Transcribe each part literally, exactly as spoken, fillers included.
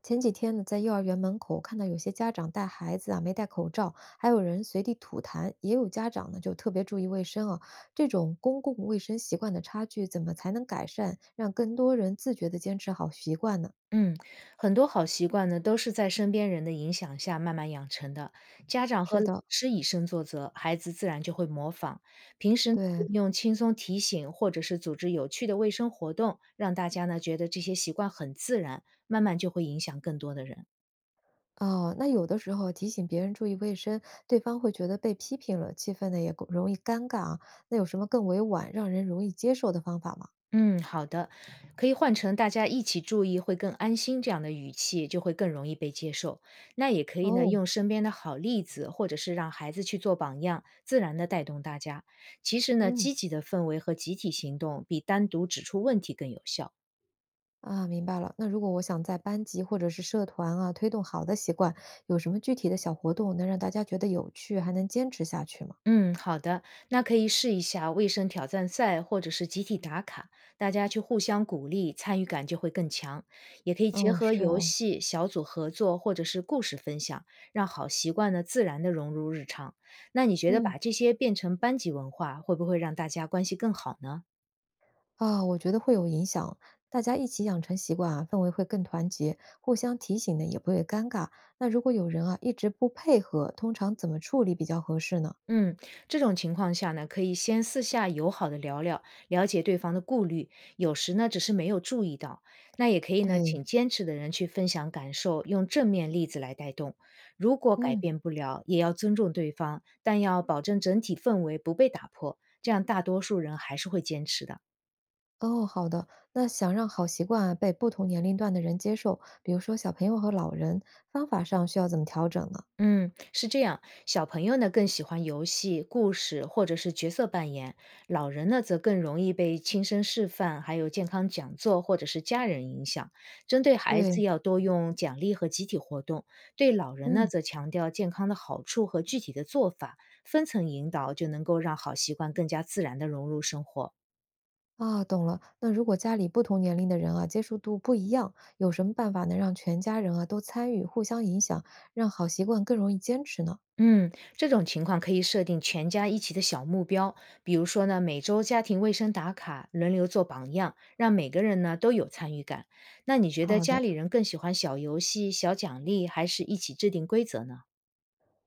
前几天呢，在幼儿园门口看到有些家长带孩子啊没戴口罩，还有人随地吐痰，也有家长呢就特别注意卫生啊。这种公共卫生习惯的差距，怎么才能改善，让更多人自觉的坚持好习惯呢？嗯，很多好习惯呢，都是在身边人的影响下慢慢养成的。家长和是老的，师以身作则，孩子自然就会模仿。平时呢可对，以用轻松提醒，或者是组织有趣的卫生活动，让大家呢觉得这些习惯很自然，慢慢就会影响更多的人。哦，那有的时候提醒别人注意卫生，对方会觉得被批评了，气氛呢也容易尴尬啊。那有什么更委婉、让人容易接受的方法吗？嗯，好的，可以换成大家一起注意会更安心这样的语气，就会更容易被接受。那也可以呢，哦，用身边的好例子，或者是让孩子去做榜样，自然的带动大家。其实呢，嗯。积极的氛围和集体行动比单独指出问题更有效。啊，明白了。那如果我想在班级或者是社团啊，推动好的习惯，有什么具体的小活动能让大家觉得有趣，还能坚持下去吗？嗯，好的，那可以试一下卫生挑战赛或者是集体打卡，大家去互相鼓励，参与感就会更强。也可以结哦，合是游哦，戏、小组合作或者是故事分享，让好习惯呢自然的融入日常。那你觉得嗯，把这些变成班级文化，会不会让大家关系更好呢？啊，我觉得会有影响。大家一起养成习惯啊，氛围会更团结，互相提醒呢也不会尴尬。那如果有人啊一直不配合，通常怎么处理比较合适呢？嗯，这种情况下呢，可以先私下友好的聊聊，了解对方的顾虑，有时呢只是没有注意到。那也可以呢，对，请坚持的人去分享感受，用正面例子来带动。如果改嗯，变不了，也要尊重对方，但要保证整体氛围不被打破，这样大多数人还是会坚持的。哦，好的。那想让好习惯啊被不同年龄段的人接受，比如说小朋友和老人，方法上需要怎么调整呢？嗯，是这样。小朋友呢更喜欢游戏、故事或者是角色扮演，老人呢则更容易被亲身示范、还有健康讲座或者是家人影响。针对孩子对，要多用奖励和集体活动，对老人呢嗯。则强调健康的好处和具体的做法，分层引导就能够让好习惯更加自然的融入生活。啊，懂了。那如果家里不同年龄的人啊，接触度不一样，有什么办法能让全家人啊都参与，互相影响，让好习惯更容易坚持呢？嗯，这种情况可以设定全家一起的小目标，比如说呢，每周家庭卫生打卡，轮流做榜样，让每个人呢都有参与感。那你觉得好的，家里人更喜欢小游戏、小奖励，还是一起制定规则呢？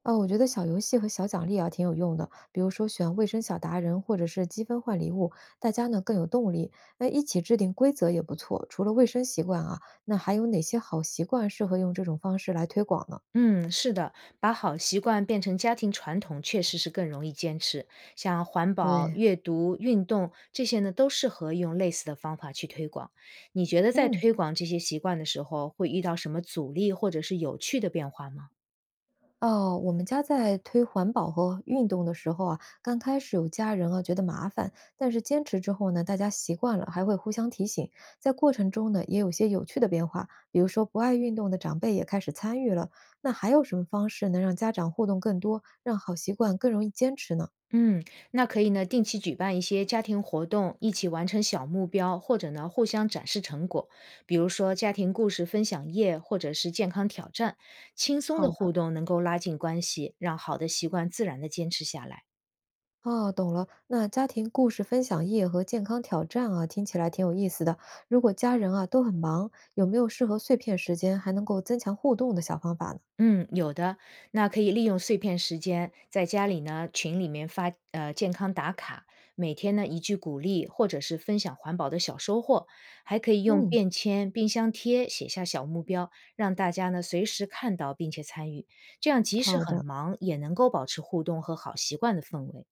啊，我觉得小游戏和小奖励啊挺有用的，比如说选卫生小达人，或者是积分换礼物，大家呢更有动力。那一起制定规则也不错。除了卫生习惯啊，那还有哪些好习惯适合用这种方式来推广呢？嗯，是的，把好习惯变成家庭传统，确实是更容易坚持。像环保、对，阅读、运动这些呢，都适合用类似的方法去推广。你觉得在嗯。推广这些习惯的时候，会遇到什么阻力或者是有趣的变化吗？哦，我们家在推环保和运动的时候啊，刚开始有家人啊觉得麻烦，但是坚持之后呢，大家习惯了，还会互相提醒。在过程中呢，也有些有趣的变化，比如说不爱运动的长辈也开始参与了。那还有什么方式能让家长互动更多，让好习惯更容易坚持呢？嗯，那可以呢，定期举办一些家庭活动，一起完成小目标，或者呢，互相展示成果，比如说家庭故事分享夜，或者是健康挑战，轻松好的的，互动能够拉近关系，让好的习惯自然的坚持下来。哦，懂了。那家庭故事分享夜和健康挑战啊，听起来挺有意思的。如果家人啊都很忙，有没有适合碎片时间还能够增强互动的小方法呢？嗯，有的，那可以利用碎片时间，在家里呢群里面发呃健康打卡，每天呢一句鼓励，或者是分享环保的小收获，还可以用嗯。便签、冰箱贴写下小目标，让大家呢随时看到并且参与，这样即使好很的，忙也能够保持互动和好习惯的氛围。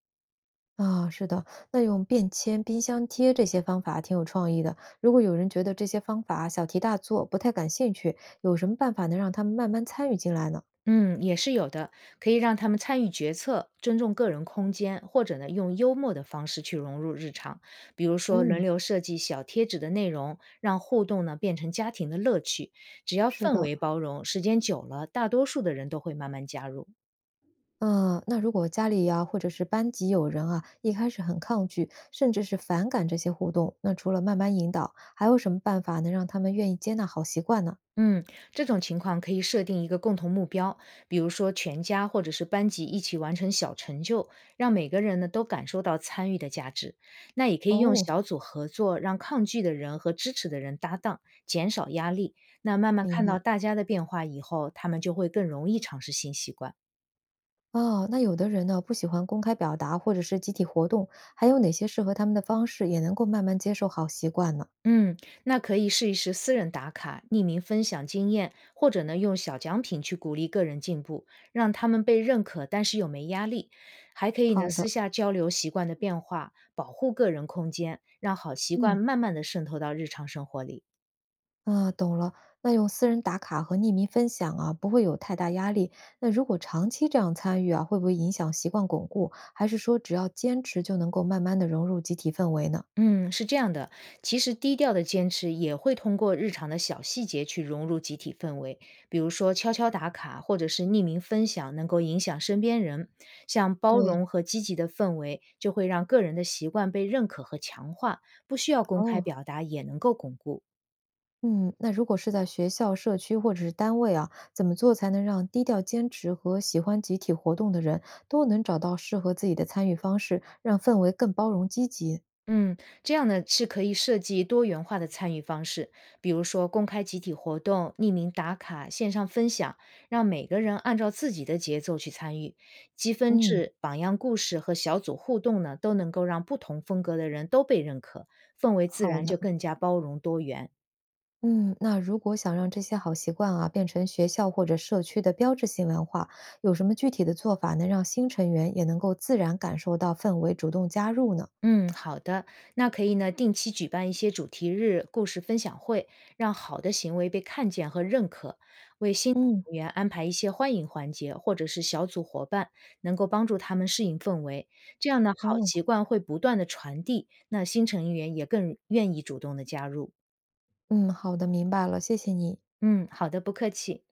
啊，是的，那用便签、冰箱贴这些方法挺有创意的。如果有人觉得这些方法小题大做，不太感兴趣，有什么办法能让他们慢慢参与进来呢？嗯，也是有的，可以让他们参与决策，尊重个人空间，或者呢，用幽默的方式去融入日常，比如说轮嗯，流设计小贴纸的内容，让互动呢变成家庭的乐趣。只要是氛的，围包容，时间久了，大多数的人都会慢慢加入。嗯，那如果家里呀、或者是班级有人啊，一开始很抗拒，甚至是反感这些互动，那除了慢慢引导，还有什么办法能让他们愿意接纳好习惯呢？嗯，这种情况可以设定一个共同目标，比如说全家或者是班级一起完成小成就，让每个人呢都感受到参与的价值。那也可以用哦，小组合作，让抗拒的人和支持的人搭档，减少压力。那慢慢明看白。到大家的变化以后，他们就会更容易尝试新习惯。哦，那有的人呢，不喜欢公开表达或者是集体活动，还有哪些适合他们的方式，也能够慢慢接受好习惯呢？嗯，那可以试一试私人打卡、匿名分享经验，或者呢用小奖品去鼓励个人进步，让他们被认可，但是又没压力。还可以呢好私的，下交流习惯的变化，保护个人空间，让好习惯嗯，慢慢的渗透到日常生活里。啊，懂了。那用私人打卡和匿名分享啊，不会有太大压力。那如果长期这样参与啊，会不会影响习惯巩固？还是说只要坚持就能够慢慢的融入集体氛围呢？嗯，是这样的，其实低调的坚持也会通过日常的小细节去融入集体氛围，比如说悄悄打卡或者是匿名分享，能够影响身边人。像包对，容和积极的氛围，就会让个人的习惯被认可和强化，不需要公开哦。表达也能够巩固。嗯，那如果是在学校、社区或者是单位啊，怎么做才能让低调坚持和喜欢集体活动的人都能找到适合自己的参与方式，让氛围更包容积极？嗯，这样呢是可以设计多元化的参与方式，比如说公开集体活动、匿名打卡、线上分享，让每个人按照自己的节奏去参与。积分嗯，制、榜样故事和小组互动呢，都能够让不同风格的人都被认可，氛围自好然的。就更加包容多元。嗯，那如果想让这些好习惯啊变成学校或者社区的标志性文化，有什么具体的做法能让新成员也能够自然感受到氛围，主动加入呢？嗯，好的，那可以呢定期举办一些主题日、故事分享会，让好的行为被看见和认可。嗯，员安排一些欢迎环节，或者是小组伙伴，能够帮助他们适应氛围。这样呢，好哦，习惯会不断的传递，那新成员也更愿意主动的加入。嗯，好的，明白了，谢谢你。嗯，好的，不客气。